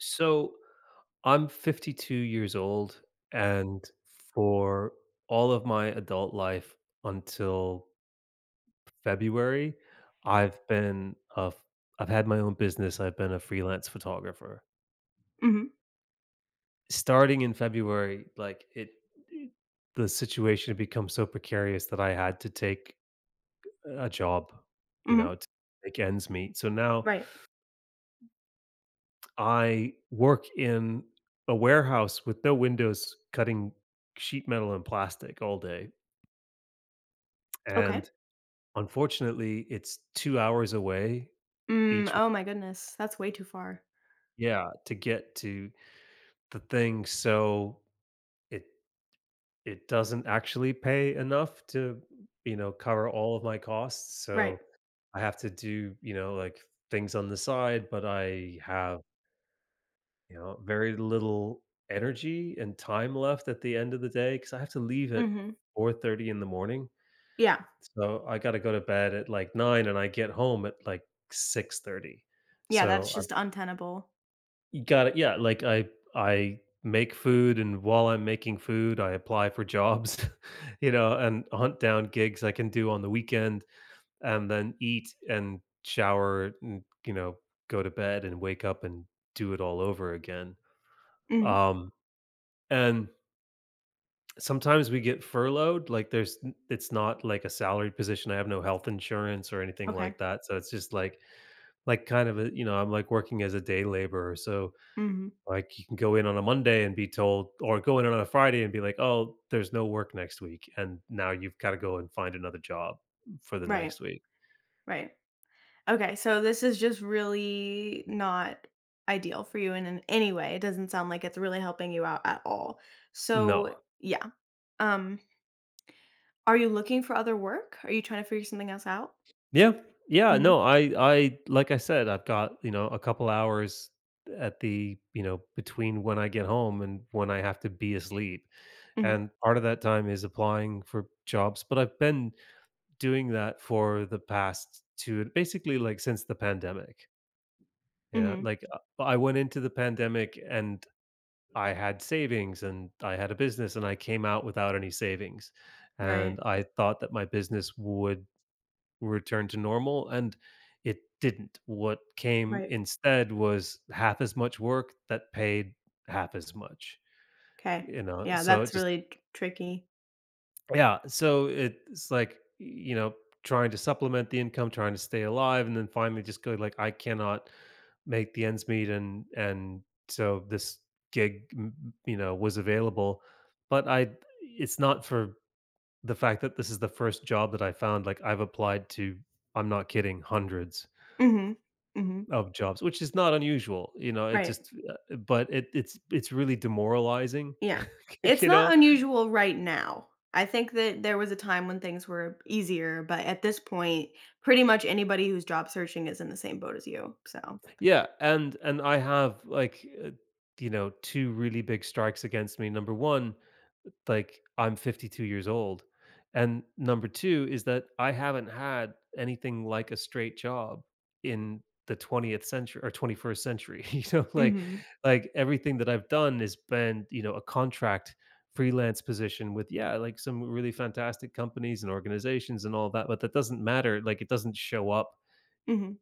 So I'm 52 years old, and for all of my adult life until February, I've been a f- I've had my own business. I've been a freelance photographer. Mhm, Starting in February, it- the situation had become so precarious that I had to take a job, mhm, to make ends meet. So now right. I work in a warehouse with no windows cutting sheet metal and plastic all day, Okay. and unfortunately, it's 2 hours away each Mm, w oh my goodness, that's way too far. Yeah, to get to the thing, so it it doesn't actually pay enough to, cover all of my costs, so Right. I have to do, things on the side, but I have very little energy and time left at the end of the day because I have to leave at Mhm. 4:30 in the morning. Yeah. So, I gotta go to bed at, like, nine, and I get home at, like, 6:30. Yeah, that's So, I just untenable. you got it. Yeah, I make food, and while I'm making food, I apply for jobs, and hunt down gigs I can do on the weekend, and then eat and shower and, go to bed and wake up and do it all over again. Mhm. Um, and sometimes we get furloughed, like, there's n it's not like a salaried position, I have no health insurance or anything Okay. like that, so it's just like, kind of a I'm, like, working as a day laborer, so, Mhm. like, you can go in on a Monday and be told or go in on a Friday and be like, "Oh, there's no work next week," and now you've gotta go and find another job for the Right, next week. right. Okay, so this is just really not ideal for you in an any way. It doesn't sound like it's really helping you out at all. So, No. yeah. Um, are you looking for other work? Are you trying to figure something else out? Yeah. Yeah, Mhm, no, I like I said, I've got, a couple hours at the between when I get home and when I have to be asleep. mhm, And part of that time is applying for jobs, but I've been doing that for the past 2 basically, like, since the pandemic. Yeah, mhm. like, I went into the pandemic and I had savings and I had a business and I came out without any savings, Right, and I thought that my business would return to normal, and it didn't. What came right. instead was half as much work that paid half as much, Okay. Yeah, so it that's just really tr tricky. Yeah, so it's like, you know, trying to supplement the income, trying to stay alive, and then finally just go like, "I cannot make the ends meet," and so this gig, m was available, but I it's not for the fact that this is the first job that I found, like, I've applied to I'm not kidding, hundreds Mhm, mhm. of jobs, which is not unusual, it Right. just, but it's really demoralizing, Yeah. It's you know? not unusual right now. I think that there was a time when things were easier, but at this point, pretty much anybody who's job searching is in the same boat as you. So, Yeah, and I have like you know, two really big strikes against me. Number one, like I'm 52 years old, and number two is that I haven't had anything like a straight job in the 20th century or 21st century. You know, mhm. like everything that I've done has been you know a contract freelance position with yeah like some really fantastic companies and organizations and all that, but that doesn't matter, like it doesn't show up Mhm.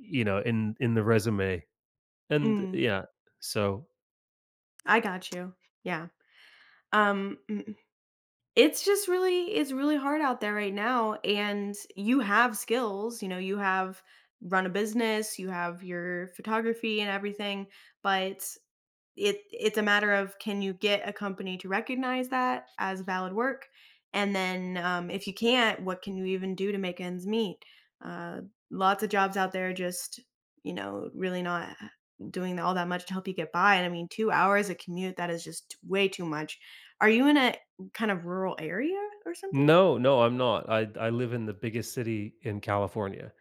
you know in the resume and Mm. yeah, so I got you. Yeah. Um, mm. It's just really it's really hard out there right now, and you have skills, you know, you have run a business, you have your photography and everything, but it's a matter of, can you get a company to recognize that as valid work? And then, if you can't, what can you even do to make ends meet? Uh, Lots of jobs out there just, you know, really not doing all that much to help you get by. And I mean, 2 hours a commute, that is just way too much. Are you in a kind of rural area or something? No, no, I'm not. I live in the biggest city in California.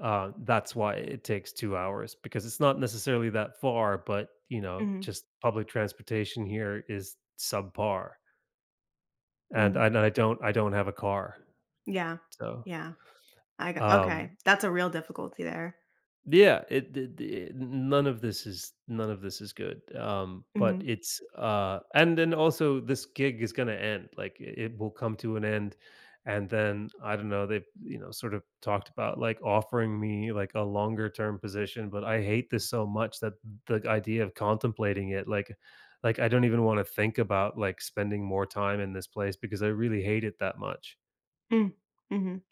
That's why it takes 2 hours because it's not necessarily that far, but, Mhm, just public transportation here is subpar, and mhm. I, and I don't have a car. Yeah. So, Yeah. I got okay. um That's a real difficulty there. yeah, it none of this is good. But Mhm. it's And then also this gig is gonna end. It will come to an end, and then I don't know. They've you know sort of talked about like offering me like a longer term position, but I hate this so much that the idea of contemplating it, I don't even want to think about like spending more time in this place because I really hate it that much. Mm. Mhm.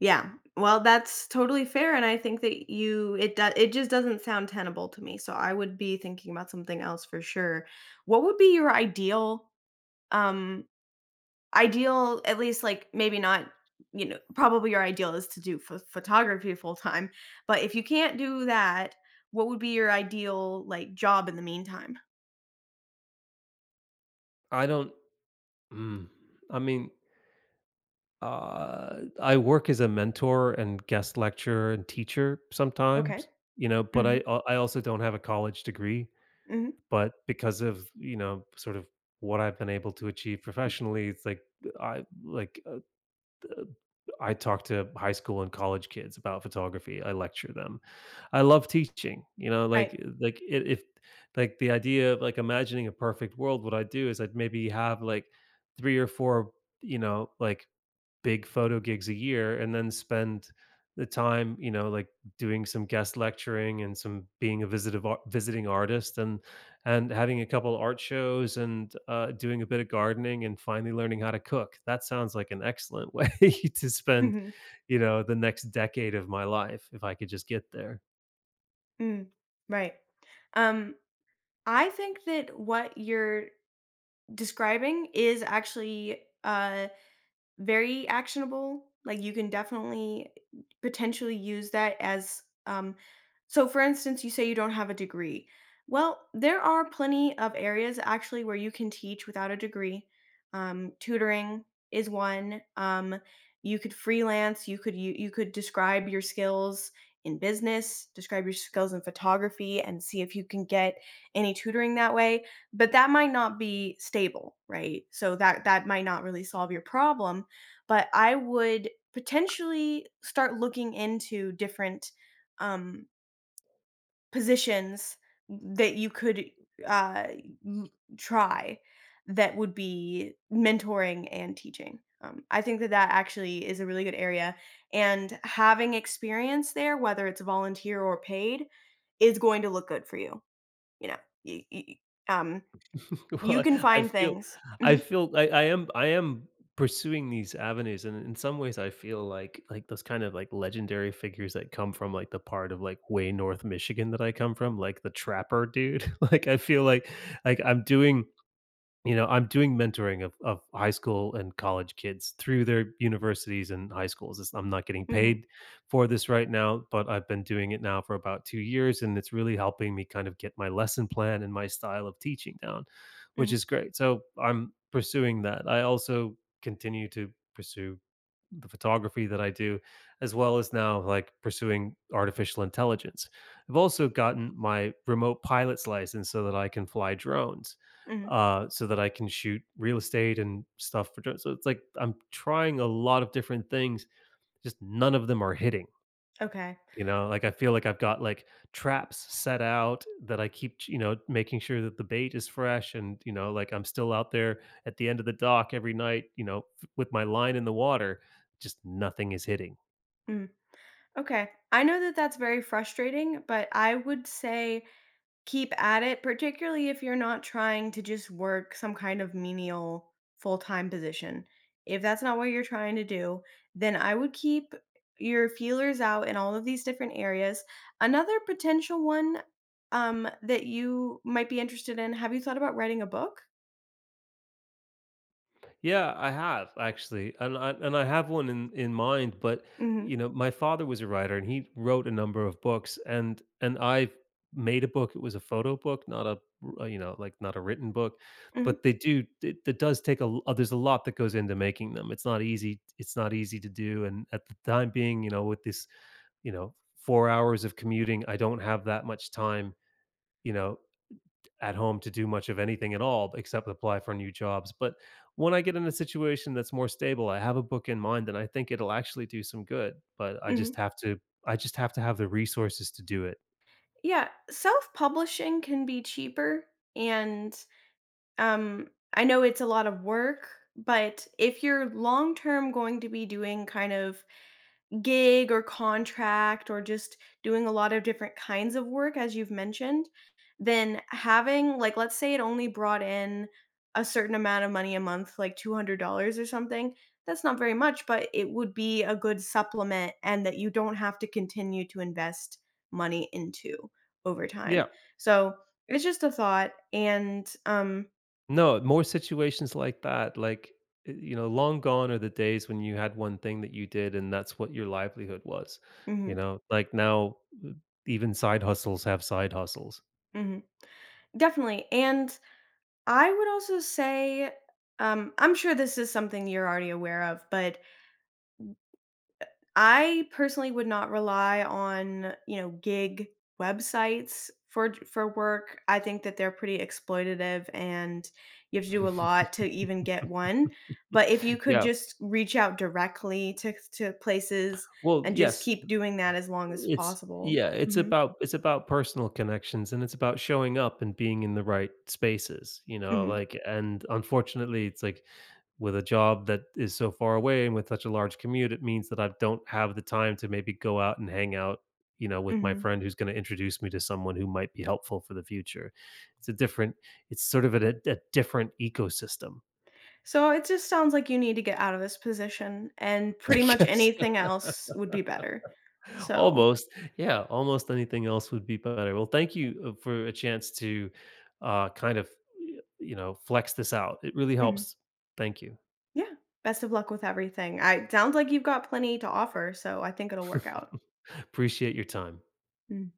Yeah. Well, that's totally fair, and I think that you it do it just doesn't sound tenable to me, so I would be thinking about something else for sure. What would be your ideal, um ideal at least, like, maybe not, you know, probably your ideal is to do ph photography full time, but if you can't do that, what would be your ideal, like, job in the meantime? I don't. Mm, I mean, I work as a mentor and guest lecturer and teacher sometimes, Okay. But Mhm. I also don't have a college degree, Mhm. but because of, sort of what I've been able to achieve professionally, it's like I talk to high school and college kids about photography. I lecture them. I love teaching, Right. If like the idea of like imagining a perfect world, what I do is I'd maybe have like three or four, you know, like big photo gigs a year and then spend the time, doing some guest lecturing and some being a visiting artist and having a couple art shows and doing a bit of gardening and finally learning how to cook. That sounds like an excellent way to spend, Mhm. The next decade of my life if I could just get there. Mm. Right. Um, I think that what you're describing is actually, very actionable, like, you can definitely potentially use that as, so for instance, you say you don't have a degree. Well, there are plenty of areas actually where you can teach without a degree. Tutoring is one, you could freelance, you could you you could describe your skills in business, describe your skills in photography, and see if you can get any tutoring that way, but that might not be stable, right? So that might not really solve your problem, but I would potentially start looking into different, um, positions that you could, uh, m try, that would be mentoring and teaching. I think that that actually is a really good area, and having experience there, whether it's volunteer or paid, is going to look good for you, you know? Y y um, you Well, can I find feel things. I Mhm, feel I am pursuing these avenues, and in some ways I feel like those kind of, like, legendary figures that come from, like, the part of, like, way north Michigan that I come from, like the trapper dude. Like, I feel like I'm doing I'm doing mentoring of high school and college kids through their universities and high schools. It's I'm not getting mhm, paid for this right now, but I've been doing it now for about 2 years, and it's really helping me kind of get my lesson plan and my style of teaching down, which mhm, is great. So, I'm pursuing that. I also continue to pursue the photography that I do, as well as now like pursuing artificial intelligence. I've also gotten my remote pilot's license so that I can fly drones, mhm, so that I can shoot real estate and stuff for drones. So it's like I'm trying a lot of different things, just none of them are hitting. okay, You know, like, I feel like I've got, like, traps set out that I keep making sure that the bait is fresh and, I'm still out there at the end of the dock every night, f with my line in the water, just nothing is hitting. mm. Okay. I know that that's very frustrating, but I would say keep at it, particularly if you're not trying to just work some kind of menial full time position. If that's not what you're trying to do, then I would keep your feelers out in all of these different areas. Another potential one, that you might be interested in, have you thought about writing a book? Yeah, I have actually, and I have one in mind. But Mm you know, my father was a writer, and he wrote a number of books, and I made a book. It was a photo book, not a not a written book. hmm. Mm But they do it, it does take a there's a lot that goes into making them. It's not easy. It's not easy to do. And at the time being, with this you know 4 hours of commuting, I don't have that much time. You know at home to do much of anything at all except apply for new jobs. But when I get in a situation that's more stable, I have a book in mind and I think it'll actually do some good, but hmm. Mm hmm. I just have to have the resources to do it. Yeah. Self publishing can be cheaper, and Um, I know it's a lot of work, but if you're long term going to be doing kind of gig or contract or just doing a lot of different kinds of work, as you've mentioned, then having, like, let's say it only brought in a certain amount of money a month, like $200 or something, that's not very much, but it would be a good supplement and that you don't have to continue to invest money into over time. Yeah. So it's just a thought. And, No, more situations like that, like you know, long gone are the days when you had one thing that you did and that's what your livelihood was. You mhm. know, like now uh, even side hustles have side hustles. Mhm. Definitely, and I would also say, I'm sure this is something you're already aware of, but I personally would not rely on, you know, gig websites for work. I think that they're pretty exploitative, and you have to do a lot to even get one, but if you could Yeah. just reach out directly to places Well, and just yes, keep doing that as long as It's possible. yeah, Mhm. It's about personal connections and it's about showing up and being in the right spaces, Mhm. And unfortunately it's like with a job that is so far away and with such a large commute, it means that I don't have the time to maybe go out and hang out, with my Mhm. friend who's going to introduce me to someone who might be helpful for the future. It's a different, it's sort of a different ecosystem, So it just sounds like you need to get out of this position, and I pretty much guess. anything else would be better. So, Almost. Yeah, almost anything else would be better. Well, thank you for a chance to uh, kind of, flex this out. It really mhm. helps. Thank you. Yeah, best of luck with everything. I sounds like you've got plenty to offer, so I think it'll work out. Appreciate your time. Mhm.